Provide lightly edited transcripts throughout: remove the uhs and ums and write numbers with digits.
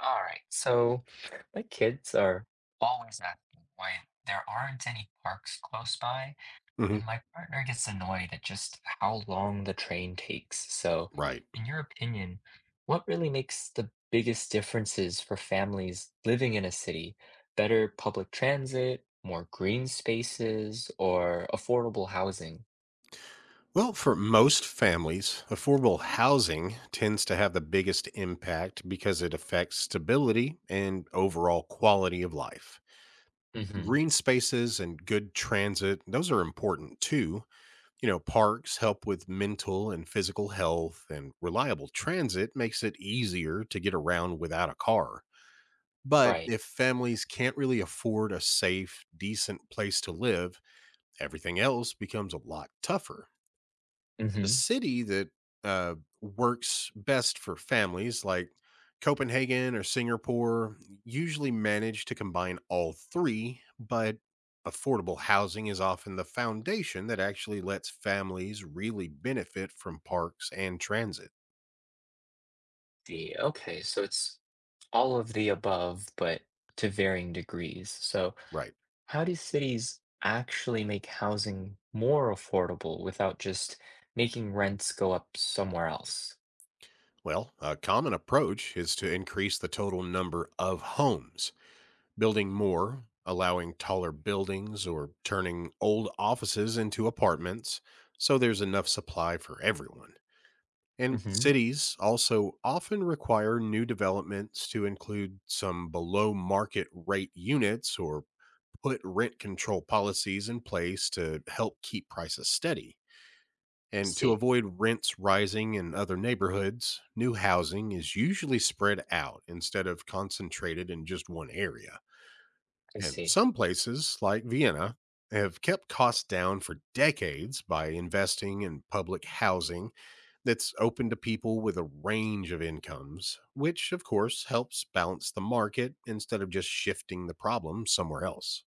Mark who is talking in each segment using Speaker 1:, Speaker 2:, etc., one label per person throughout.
Speaker 1: All right. So my kids are always asking why there aren't any parks close by,
Speaker 2: Hmm.
Speaker 1: and my partner gets annoyed at just how long the train takes. So,
Speaker 2: Right.
Speaker 1: in your opinion, what really makes the biggest differences for families living in a city? Better public transit, more green spaces, or affordable housing?
Speaker 2: Well, for most families, affordable housing tends to have the biggest impact because it affects stability and overall quality of life.
Speaker 1: Hmm.
Speaker 2: Green spaces and good transit, those are important too. Parks help with mental and physical health, and reliable transit makes it easier to get around without a car. But
Speaker 1: Right.
Speaker 2: if families can't really afford a safe, decent place to live, everything else becomes a lot tougher. The
Speaker 1: Hmm.
Speaker 2: city that uh, works best for families like Copenhagen or Singapore usually manage to combine all three, but affordable housing is often the foundation that actually lets families really benefit from parks and transit.
Speaker 1: The okay, so it's all of the above, but to varying degrees. So
Speaker 2: Right.
Speaker 1: how do cities actually make housing more affordable without just making rents go up somewhere else?
Speaker 2: Well, a common approach is to increase the total number of homes. Building more, allowing taller buildings or turning old offices into apartments so there's enough supply for everyone. And
Speaker 1: Hmm.
Speaker 2: cities also often require new developments to include some below market rate units or put rent control policies in place to help keep prices steady.
Speaker 1: I
Speaker 2: And to
Speaker 1: see.
Speaker 2: avoid rents rising in other neighborhoods, new housing is usually spread out instead of concentrated in just one area.
Speaker 1: I
Speaker 2: And
Speaker 1: see.
Speaker 2: some places, like Vienna, have kept costs down for decades by investing in public housing that's open to people with a range of incomes, which of course helps balance the market instead of just shifting the problem somewhere else.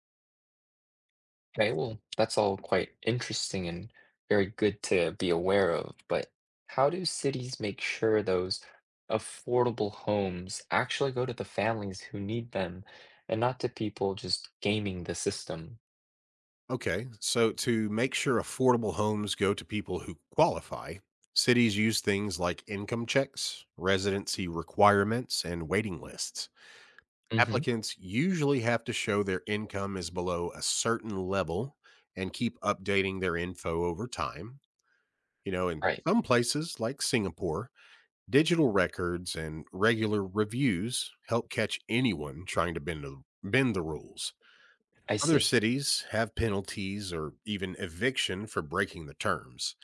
Speaker 1: Okay, well, that's all quite interesting and very good to be aware of, but how do cities make sure those affordable homes actually go to the families who need them and not to people just gaming the system?
Speaker 2: Okay, so to make sure affordable homes go to people who qualify, cities use things like income checks, residency requirements, and waiting lists.
Speaker 1: Hmm.
Speaker 2: Applicants usually have to show their income is below a certain level and keep updating their info over time. In
Speaker 1: Right.
Speaker 2: some places like Singapore, digital records and regular reviews help catch anyone trying to bend the rules.
Speaker 1: I
Speaker 2: Other
Speaker 1: see.
Speaker 2: cities have penalties or even eviction for breaking the terms.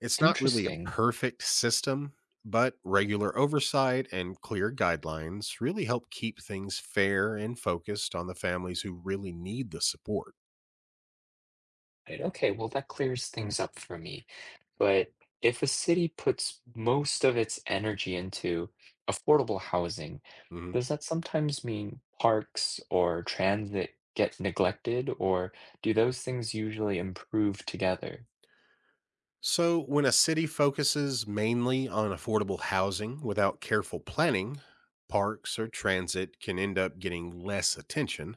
Speaker 2: It's not really a
Speaker 1: Interesting.
Speaker 2: perfect system, but regular oversight and clear guidelines really help keep things fair and focused on the families who really need the support.
Speaker 1: Right. Okay, well, that clears things up for me. But if a city puts most of its energy into affordable housing,
Speaker 2: Mhm.
Speaker 1: does that sometimes mean parks or transit get neglected, or do those things usually improve together?
Speaker 2: So, when a city focuses mainly on affordable housing without careful planning, parks or transit can end up getting less attention.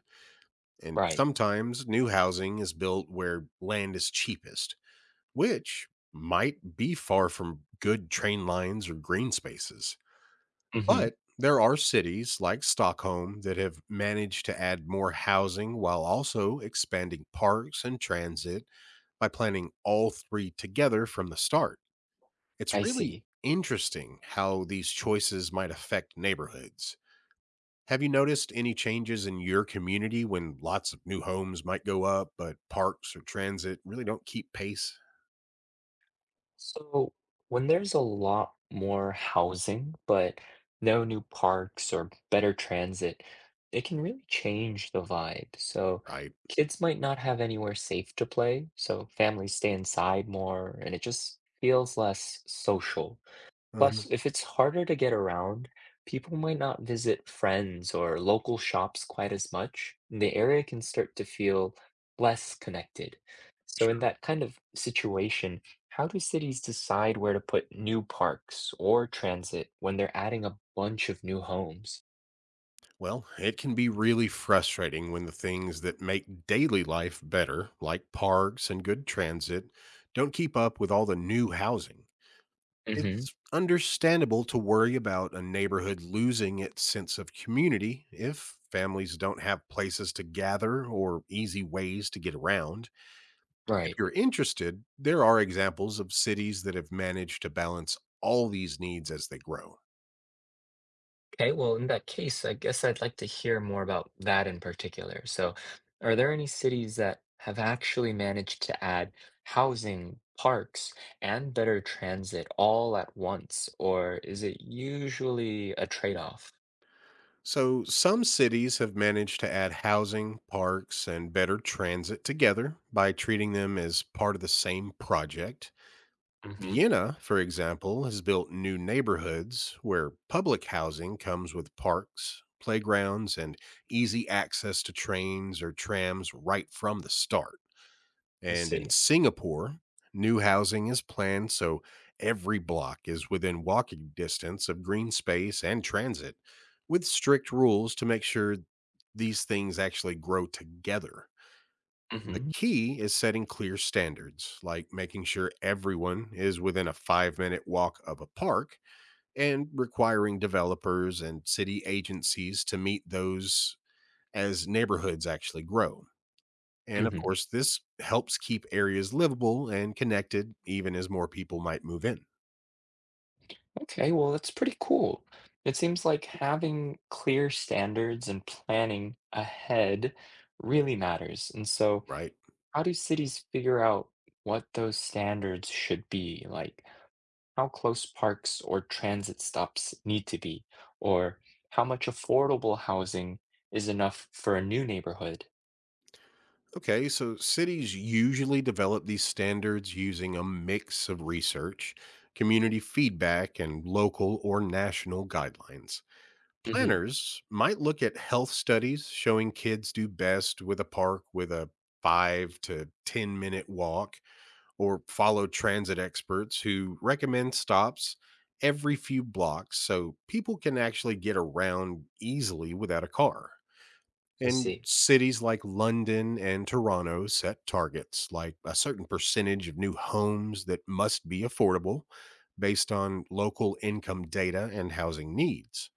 Speaker 2: And
Speaker 1: Right.
Speaker 2: sometimes new housing is built where land is cheapest, which might be far from good train lines or green spaces.
Speaker 1: Hmm.
Speaker 2: But there are cities like Stockholm that have managed to add more housing while also expanding parks and transit by planning all three together from the start. It's
Speaker 1: I
Speaker 2: really
Speaker 1: see.
Speaker 2: interesting how these choices might affect neighborhoods. Have you noticed any changes in your community when lots of new homes might go up, but parks or transit really don't keep pace?
Speaker 1: So when there's a lot more housing, but no new parks or better transit, it can really change the vibe. So
Speaker 2: Right.
Speaker 1: kids might not have anywhere safe to play, so families stay inside more, and it just feels less social.
Speaker 2: Uh-huh.
Speaker 1: Plus, if it's harder to get around, people might not visit friends or local shops quite as much, and the area can start to feel less connected. So, in that kind of situation, how do cities decide where to put new parks or transit when they're adding a bunch of new homes?
Speaker 2: Well, it can be really frustrating when the things that make daily life better, like parks and good transit, don't keep up with all the new housing.
Speaker 1: Hmm.
Speaker 2: It's understandable to worry about a neighborhood losing its sense of community if families don't have places to gather or easy ways to get around. If
Speaker 1: Right.
Speaker 2: you're interested, there are examples of cities that have managed to balance all these needs as they grow.
Speaker 1: Okay, well, in that case, I guess I'd like to hear more about that in particular. So, are there any cities that have actually managed to add housing, parks, and better transit all at once, or is it usually a trade-off?
Speaker 2: So, some cities have managed to add housing, parks, and better transit together by treating them as part of the same project.
Speaker 1: Hmm.
Speaker 2: Vienna, for example, has built new neighborhoods where public housing comes with parks, playgrounds, and easy access to trains or trams right from the start.
Speaker 1: Let's
Speaker 2: And in
Speaker 1: see.
Speaker 2: Singapore, new housing is planned so every block is within walking distance of green space and transit, with strict rules to make sure these things actually grow together. The
Speaker 1: Hmm.
Speaker 2: key is setting clear standards, like making sure everyone is within a 5-minute walk of a park and requiring developers and city agencies to meet those as neighborhoods actually grow. And of
Speaker 1: Hmm.
Speaker 2: course, this helps keep areas livable and connected, even as more people might move in,
Speaker 1: Okay, well, that's pretty cool. It seems like having clear standards and planning ahead really matters. And so,
Speaker 2: right?
Speaker 1: how do cities figure out what those standards should be? Like how close parks or transit stops need to be, or how much affordable housing is enough for a new neighborhood?
Speaker 2: Okay, so cities usually develop these standards using a mix of research, community feedback, and local or national guidelines.
Speaker 1: Hmm.
Speaker 2: Planners might look at health studies showing kids do best with a park with a five to 10 minute walk or follow transit experts who recommend stops every few blocks so people can actually get around easily without a car.
Speaker 1: I
Speaker 2: And
Speaker 1: see.
Speaker 2: cities like London and Toronto set targets like a certain percentage of new homes that must be affordable based on local income data and housing needs.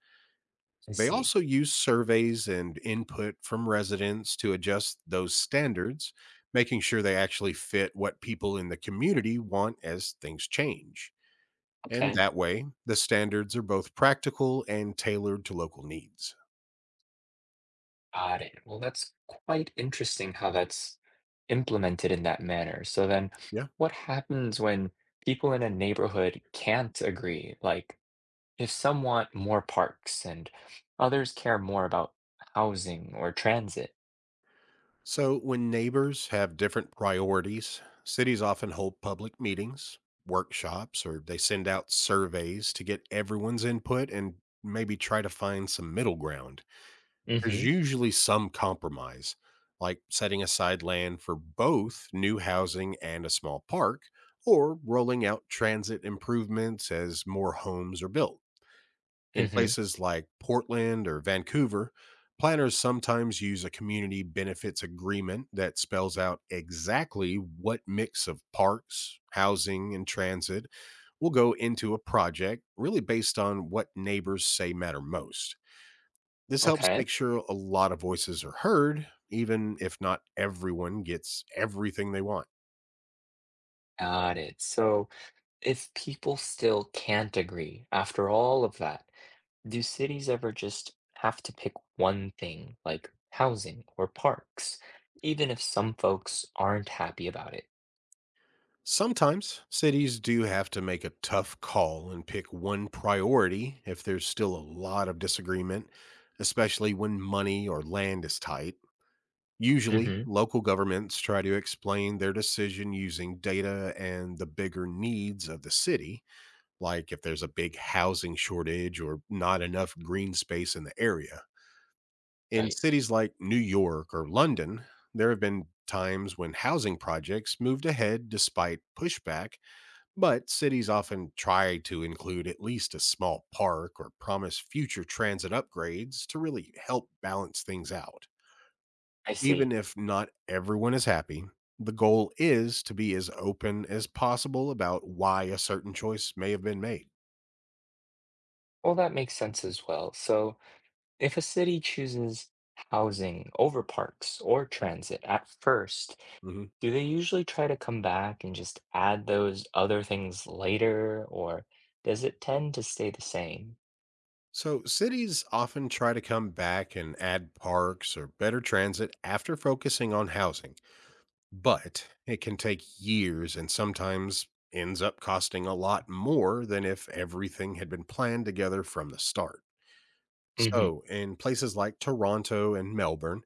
Speaker 1: I
Speaker 2: They
Speaker 1: see.
Speaker 2: also use surveys and input from residents to adjust those standards, making sure they actually fit what people in the community want as things change. And
Speaker 1: Okay.
Speaker 2: that way, the standards are both practical and tailored to local needs.
Speaker 1: Got it. Well, that's quite interesting how that's implemented in that manner. So then
Speaker 2: Yeah.
Speaker 1: what happens when people in a neighborhood can't agree? Like if some want more parks and others care more about housing or transit.
Speaker 2: So, when neighbors have different priorities, cities often hold public meetings, workshops, or they send out surveys to get everyone's input and maybe try to find some middle ground. There's
Speaker 1: Hmm.
Speaker 2: usually some compromise, like setting aside land for both new housing and a small park, or rolling out transit improvements as more homes are built. In
Speaker 1: Hmm.
Speaker 2: places like Portland or Vancouver, planners sometimes use a community benefits agreement that spells out exactly what mix of parks, housing, and transit will go into a project, really based on what neighbors say matter most. This helps
Speaker 1: Okay.
Speaker 2: make sure a lot of voices are heard, even if not everyone gets everything they want.
Speaker 1: Got it. So if people still can't agree after all of that, do cities ever just have to pick one thing, like housing or parks, even if some folks aren't happy about it?
Speaker 2: Sometimes cities do have to make a tough call and pick one priority if there's still a lot of disagreement, especially when money or land is tight. Usually,
Speaker 1: Hmm.
Speaker 2: local governments try to explain their decision using data and the bigger needs of the city, like if there's a big housing shortage or not enough green space in the area. In
Speaker 1: Right.
Speaker 2: cities like New York or London, there have been times when housing projects moved ahead despite pushback, but cities often try to include at least a small park or promise future transit upgrades to really help balance things out.
Speaker 1: I
Speaker 2: Even
Speaker 1: see.
Speaker 2: if not everyone is happy, the goal is to be as open as possible about why a certain choice may have been made.
Speaker 1: Well, that makes sense as well. So if a city chooses housing over parks or transit at first,
Speaker 2: Mhm.
Speaker 1: do they usually try to come back and just add those other things later, or does it tend to stay the same?
Speaker 2: So, cities often try to come back and add parks or better transit after focusing on housing, but it can take years and sometimes ends up costing a lot more than if everything had been planned together from the start.
Speaker 1: Hmm.
Speaker 2: So, in places like Toronto and Melbourne,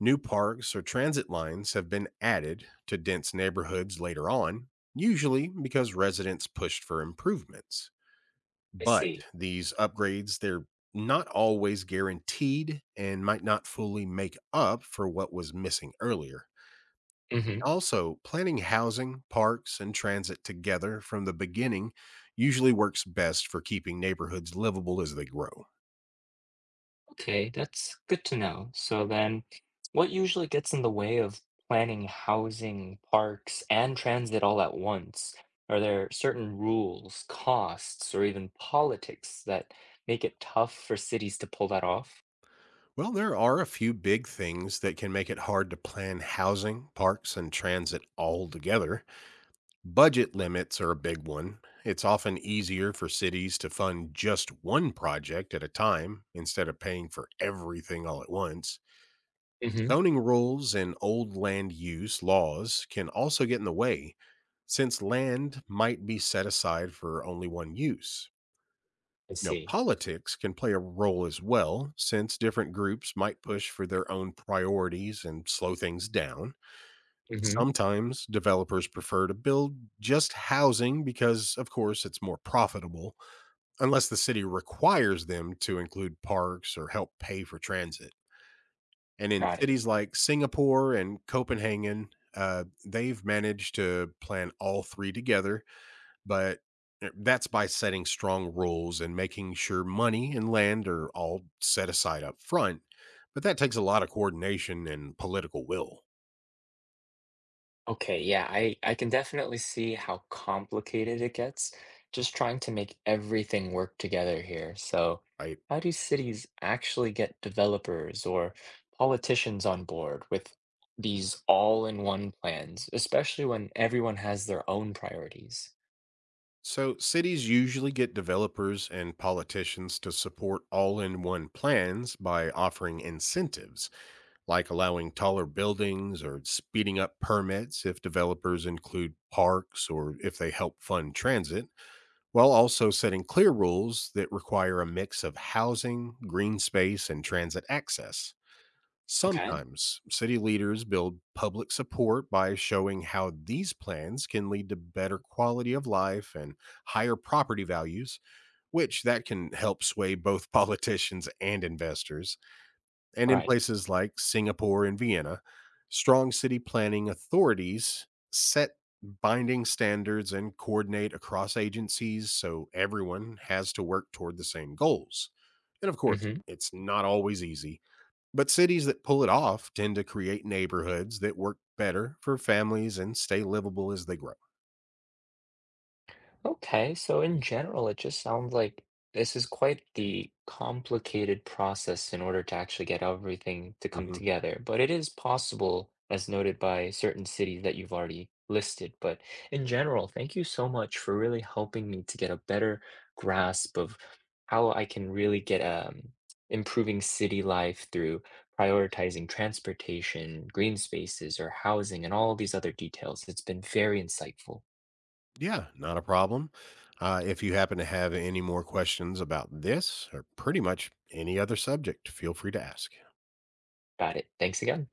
Speaker 2: new parks or transit lines have been added to dense neighborhoods later on, usually because residents pushed for improvements.
Speaker 1: I
Speaker 2: But
Speaker 1: see.
Speaker 2: these upgrades, they're not always guaranteed and might not fully make up for what was missing earlier.
Speaker 1: Hmm.
Speaker 2: Also, planning housing, parks, and transit together from the beginning usually works best for keeping neighborhoods livable as they grow.
Speaker 1: Okay, that's good to know. So then, what usually gets in the way of planning housing, parks, and transit all at once? Are there certain rules, costs, or even politics that make it tough for cities to pull that off?
Speaker 2: Well, there are a few big things that can make it hard to plan housing, parks, and transit all together. Budget limits are a big one. It's often easier for cities to fund just one project at a time instead of paying for everything all at once.
Speaker 1: Hmm.
Speaker 2: Zoning rules and old land use laws can also get in the way since land might be set aside for only one use.
Speaker 1: I see.
Speaker 2: Politics can play a role as well since different groups might push for their own priorities and slow things down.
Speaker 1: Hmm.
Speaker 2: Sometimes developers prefer to build just housing because, of course, it's more profitable, unless the city requires them to include parks or help pay for transit. And in
Speaker 1: Got it.
Speaker 2: cities like Singapore and Copenhagen, they've managed to plan all three together, but that's by setting strong rules and making sure money and land are all set aside up front. But that takes a lot of coordination and political will.
Speaker 1: Okay, yeah, I can definitely see how complicated it gets just trying to make everything work together here. So,
Speaker 2: I
Speaker 1: how do cities actually get developers or politicians on board with these all-in-one plans, especially when everyone has their own priorities?
Speaker 2: So, cities usually get developers and politicians to support all in one plans by offering incentives, like allowing taller buildings or speeding up permits if developers include parks or if they help fund transit, while also setting clear rules that require a mix of housing, green space, and transit access.
Speaker 1: Okay.
Speaker 2: Sometimes city leaders build public support by showing how these plans can lead to better quality of life and higher property values, which that can help sway both politicians and investors. And in
Speaker 1: Right.
Speaker 2: places like Singapore and Vienna, strong city planning authorities set binding standards and coordinate across agencies so everyone has to work toward the same goals. And of course,
Speaker 1: Hmm.
Speaker 2: it's not always easy but cities that pull it off tend to create neighborhoods that work better for families and stay livable as they grow.
Speaker 1: Okay, so in general, it just sounds like this is quite the complicated process in order to actually get everything to come
Speaker 2: Hmm.
Speaker 1: together. But it is possible, as noted by certain cities that you've already listed. But in general, thank you so much for really helping me to get a better grasp of how I can really get improving city life through prioritizing transportation, green spaces, or housing, and all these other details. It's been very insightful.
Speaker 2: Yeah, not a problem. If you happen to have any more questions about this or pretty much any other subject, feel free to ask.
Speaker 1: Got it. Thanks again.